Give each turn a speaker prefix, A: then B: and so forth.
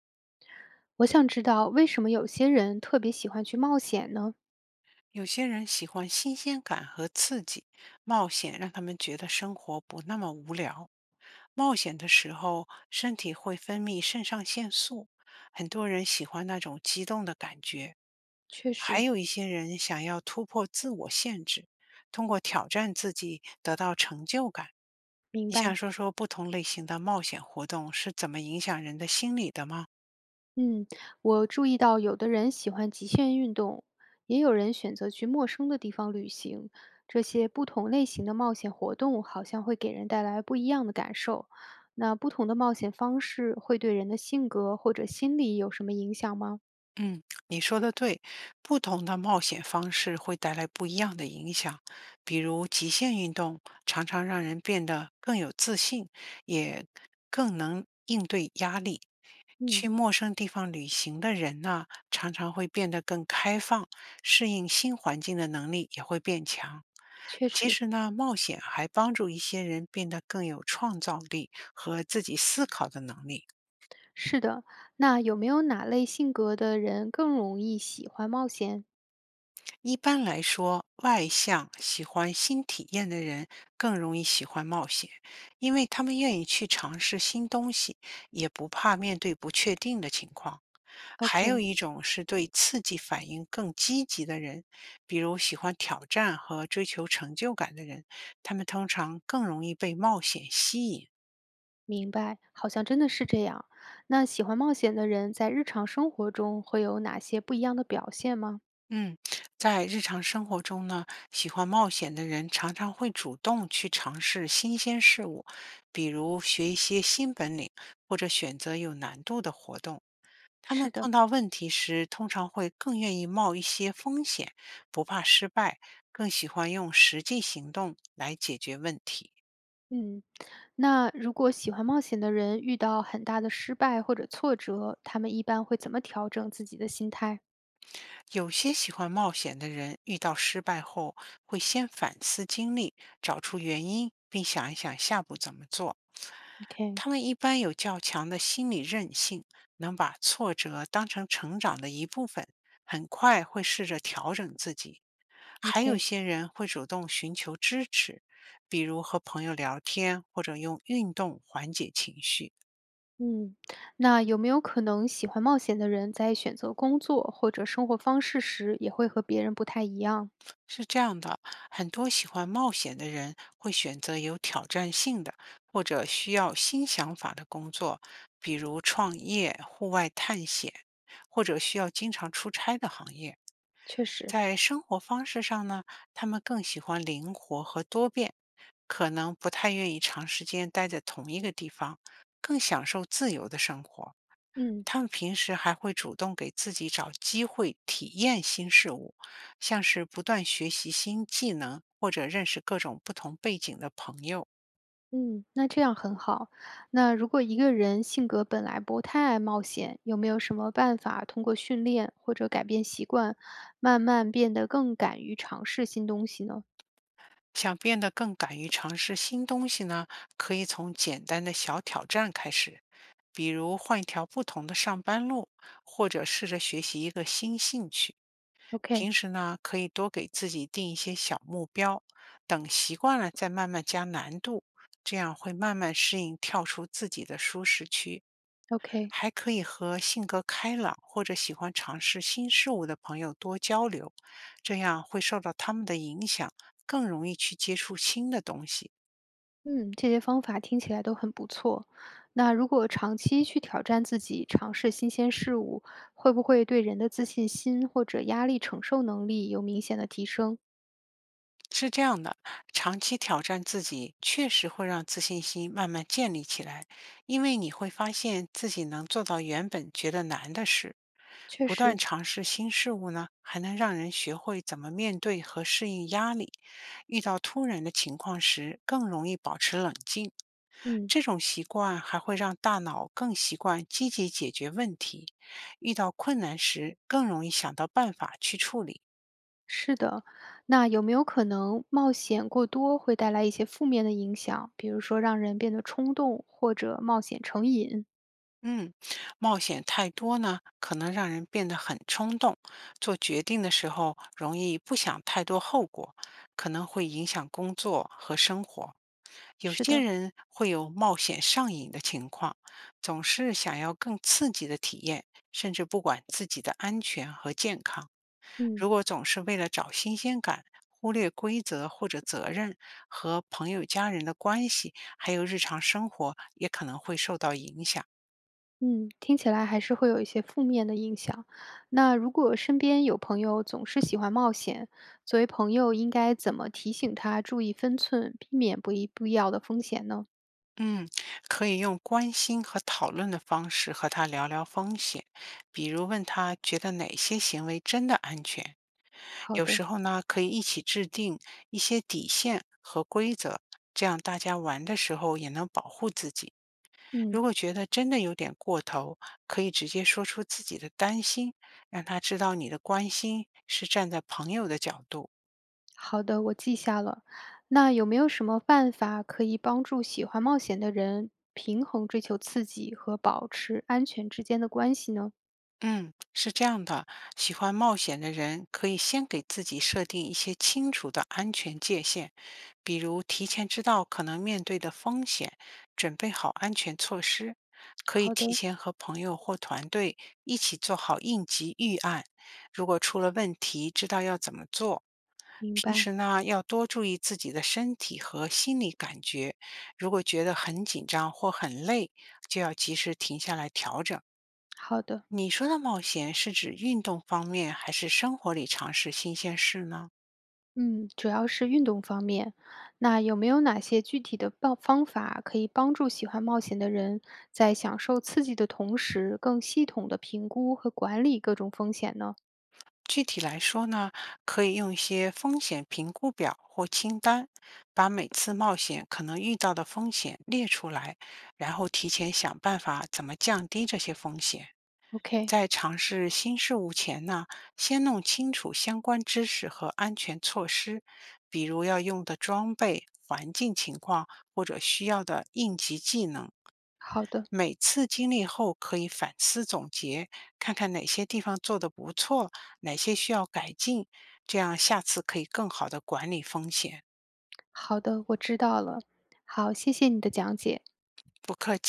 A: 我想知道为什么有些人特别喜欢去冒险呢？
B: 有些人喜欢新鲜感和刺激，冒险让他们觉得生活不那么无聊。冒险的时候，身体会分泌肾上腺素，很多人喜欢那种激动的感觉。
A: 确
B: 还
A: 实，
B: 有一些人想要突破自我限制，通过挑战自己得到成就感。
A: 明
B: 你想
A: 白。
B: 说说不同类型的冒险活动是怎么影响人的心理的吗？
A: 嗯，我注意到有的人喜欢极限运动，也有人选择去陌生的地方旅行。这些不同类型的冒险活动好像会给人带来不一样的感受。那不同的冒险方式会对人的性格或者心理有什么影响吗？
B: 嗯，你说的对，不同的冒险方式会带来不一样的影响。比如极限运动常常让人变得更有自信，也更能应对压力。
A: 嗯，
B: 去陌生地方旅行的人呢，常常会变得更开放，适应新环境的能力也会变强。
A: 确
B: 其
A: 实
B: 实呢，冒险还帮助一些人变得更有创造力和自己思考的能力。
A: 是的。那有没有哪类性格的人更容易喜欢冒险
B: 一般来说，外向、喜欢新体验的人更容易喜欢冒险，因为他们愿意去尝试新东西，也不怕面对不确定的情况。还有
A: ？OK，
B: 一种是对刺激反应更积极的人，比如喜欢挑战和追求成就感的人，他们通常更容易被冒险吸引。
A: 明白，好像真的是这样。那喜欢冒险的人在日常生活中会有哪些不一样的表现吗？
B: 嗯，在日常生活中呢，喜欢冒险的人常常会主动去尝试新鲜事物，比如学一些新本领，或者选择有难度的活动。他们
A: 是的，
B: 碰到问题时，通常会更愿意冒一些风险，不怕失败，更喜欢用实际行动来解决问题。
A: 嗯，那如果喜欢冒险的人遇到很大的失败或者挫折，他们一般会怎么调整自己的心态
B: 有些喜欢冒险的人，遇到失败后会先反思经历，找出原因，并想一想下步怎么做。
A: ？OK，OK，
B: 他们一般有较强的心理韧性，能把挫折当成成长的一部分，很快会试着调整自己。还有些人会主动寻求支持，比如和朋友聊天，或者用运动缓解情绪。
A: 嗯，那有没有可能喜欢冒险的人在选择工作或者生活方式时，也会和别人不太一样？
B: 是这样的，很多喜欢冒险的人会选择有挑战性的或者需要新想法的工作，比如创业、户外探险，或者需要经常出差的行业。
A: 确实，
B: 在生活方式上呢，他们更喜欢灵活和多变，可能不太愿意长时间待在同一个地方，更享受自由的生活。
A: 嗯。
B: 他们平时还会主动给自己找机会体验新事物，像是不断学习新技能或者认识各种不同背景的朋友。
A: 嗯，那这样很好。那如果一个人性格本来不太爱冒险，有没有什么办法通过训练或者改变习惯，慢慢变得更敢于尝试新东西呢
B: 想变得更敢于尝试新东西呢，可以从简单的小挑战开始，比如换一条不同的上班路，或者试着学习一个新兴趣。平
A: ？OK，OK，
B: 时呢，可以多给自己定一些小目标，等习惯了再慢慢加难度，这样会慢慢适应跳出自己的舒适区。还可以和性格开朗或者喜欢尝试新事物的朋友多交流，这样会受到他们的影响，更容易去接触新的东西。
A: 嗯，这些方法听起来都很不错。那如果长期去挑战自己，尝试新鲜事物，会不会对人的自信心或者压力承受能力有明显的提升？
B: 是这样的，长期挑战自己确实会让自信心慢慢建立起来，因为你会发现自己能做到原本觉得难的事。
A: 确
B: 不断
A: 实，
B: 尝试新事物呢，还能让人学会怎么面对和适应压力，遇到突然的情况时更容易保持冷静。
A: 嗯。
B: 这种习惯还会让大脑更习惯积极解决问题，遇到困难时更容易想到办法去处理。
A: 是的，那有没有可能冒险过多会带来一些负面的影响，比如说让人变得冲动或者冒险成瘾？
B: 嗯，冒险太多呢，可能让人变得很冲动，做决定的时候容易不想太多后果，可能会影响工作和生活。有
A: 是
B: 些
A: 的，
B: 人会有冒险上瘾的情况，总是想要更刺激的体验，甚至不管自己的安全和健康。
A: 嗯
B: 如果总是为了找新鲜感，忽略规则或者责任，和朋友、家人的关系，还有日常生活也可能会受到影响。
A: 嗯，听起来还是会有一些负面的影响。那如果身边有朋友总是喜欢冒险，作为朋友应该怎么提醒他注意分寸，避免不必要的风险呢？
B: 嗯，可以用关心和讨论的方式和他聊聊风险，比如问他觉得哪些行为真的安全。
A: 好
B: 有
A: 的，
B: 时候呢，可以一起制定一些底线和规则，这样大家玩的时候也能保护自己。如
A: 嗯。
B: 果觉得真的有点过头，可以直接说出自己的担心，让他知道你的关心是站在朋友的角度。
A: 好的，我记下了。那有没有什么办法可以帮助喜欢冒险的人平衡追求刺激和保持安全之间的关系呢？
B: 嗯，是这样的，喜欢冒险的人可以先给自己设定一些清楚的安全界限，比如提前知道可能面对的风险，准备好安全措施，可以
A: 好
B: 提
A: 的，
B: 前和朋友或团队一起做好应急预案，如果出了问题，知道要怎么做。
A: 明
B: 平
A: 白。
B: 时呢，要多注意自己的身体和心理感觉，如果觉得很紧张或很累，就要及时停下来调整。
A: 好的，
B: 你说的冒险是指运动方面，还是生活里尝试新鲜事呢？
A: 嗯，主要是运动方面。那有没有哪些具体的方法可以帮助喜欢冒险的人在享受刺激的同时，更系统的评估和管理各种风险呢
B: 具体来说呢，可以用一些风险评估表或清单，把每次冒险可能遇到的风险列出来，然后提前想办法怎么降低这些风险。
A: ？OK，
B: 在尝试新事物前呢，先弄清楚相关知识和安全措施，比如要用的装备、环境情况或者需要的应急技能。
A: 好的，
B: 每次经历后可以反思总结，看看哪些地方做得不错，哪些需要改进，这样下次可以更好的管理风险。
A: 好的，我知道了。好，谢谢你的讲解。
B: 不客气。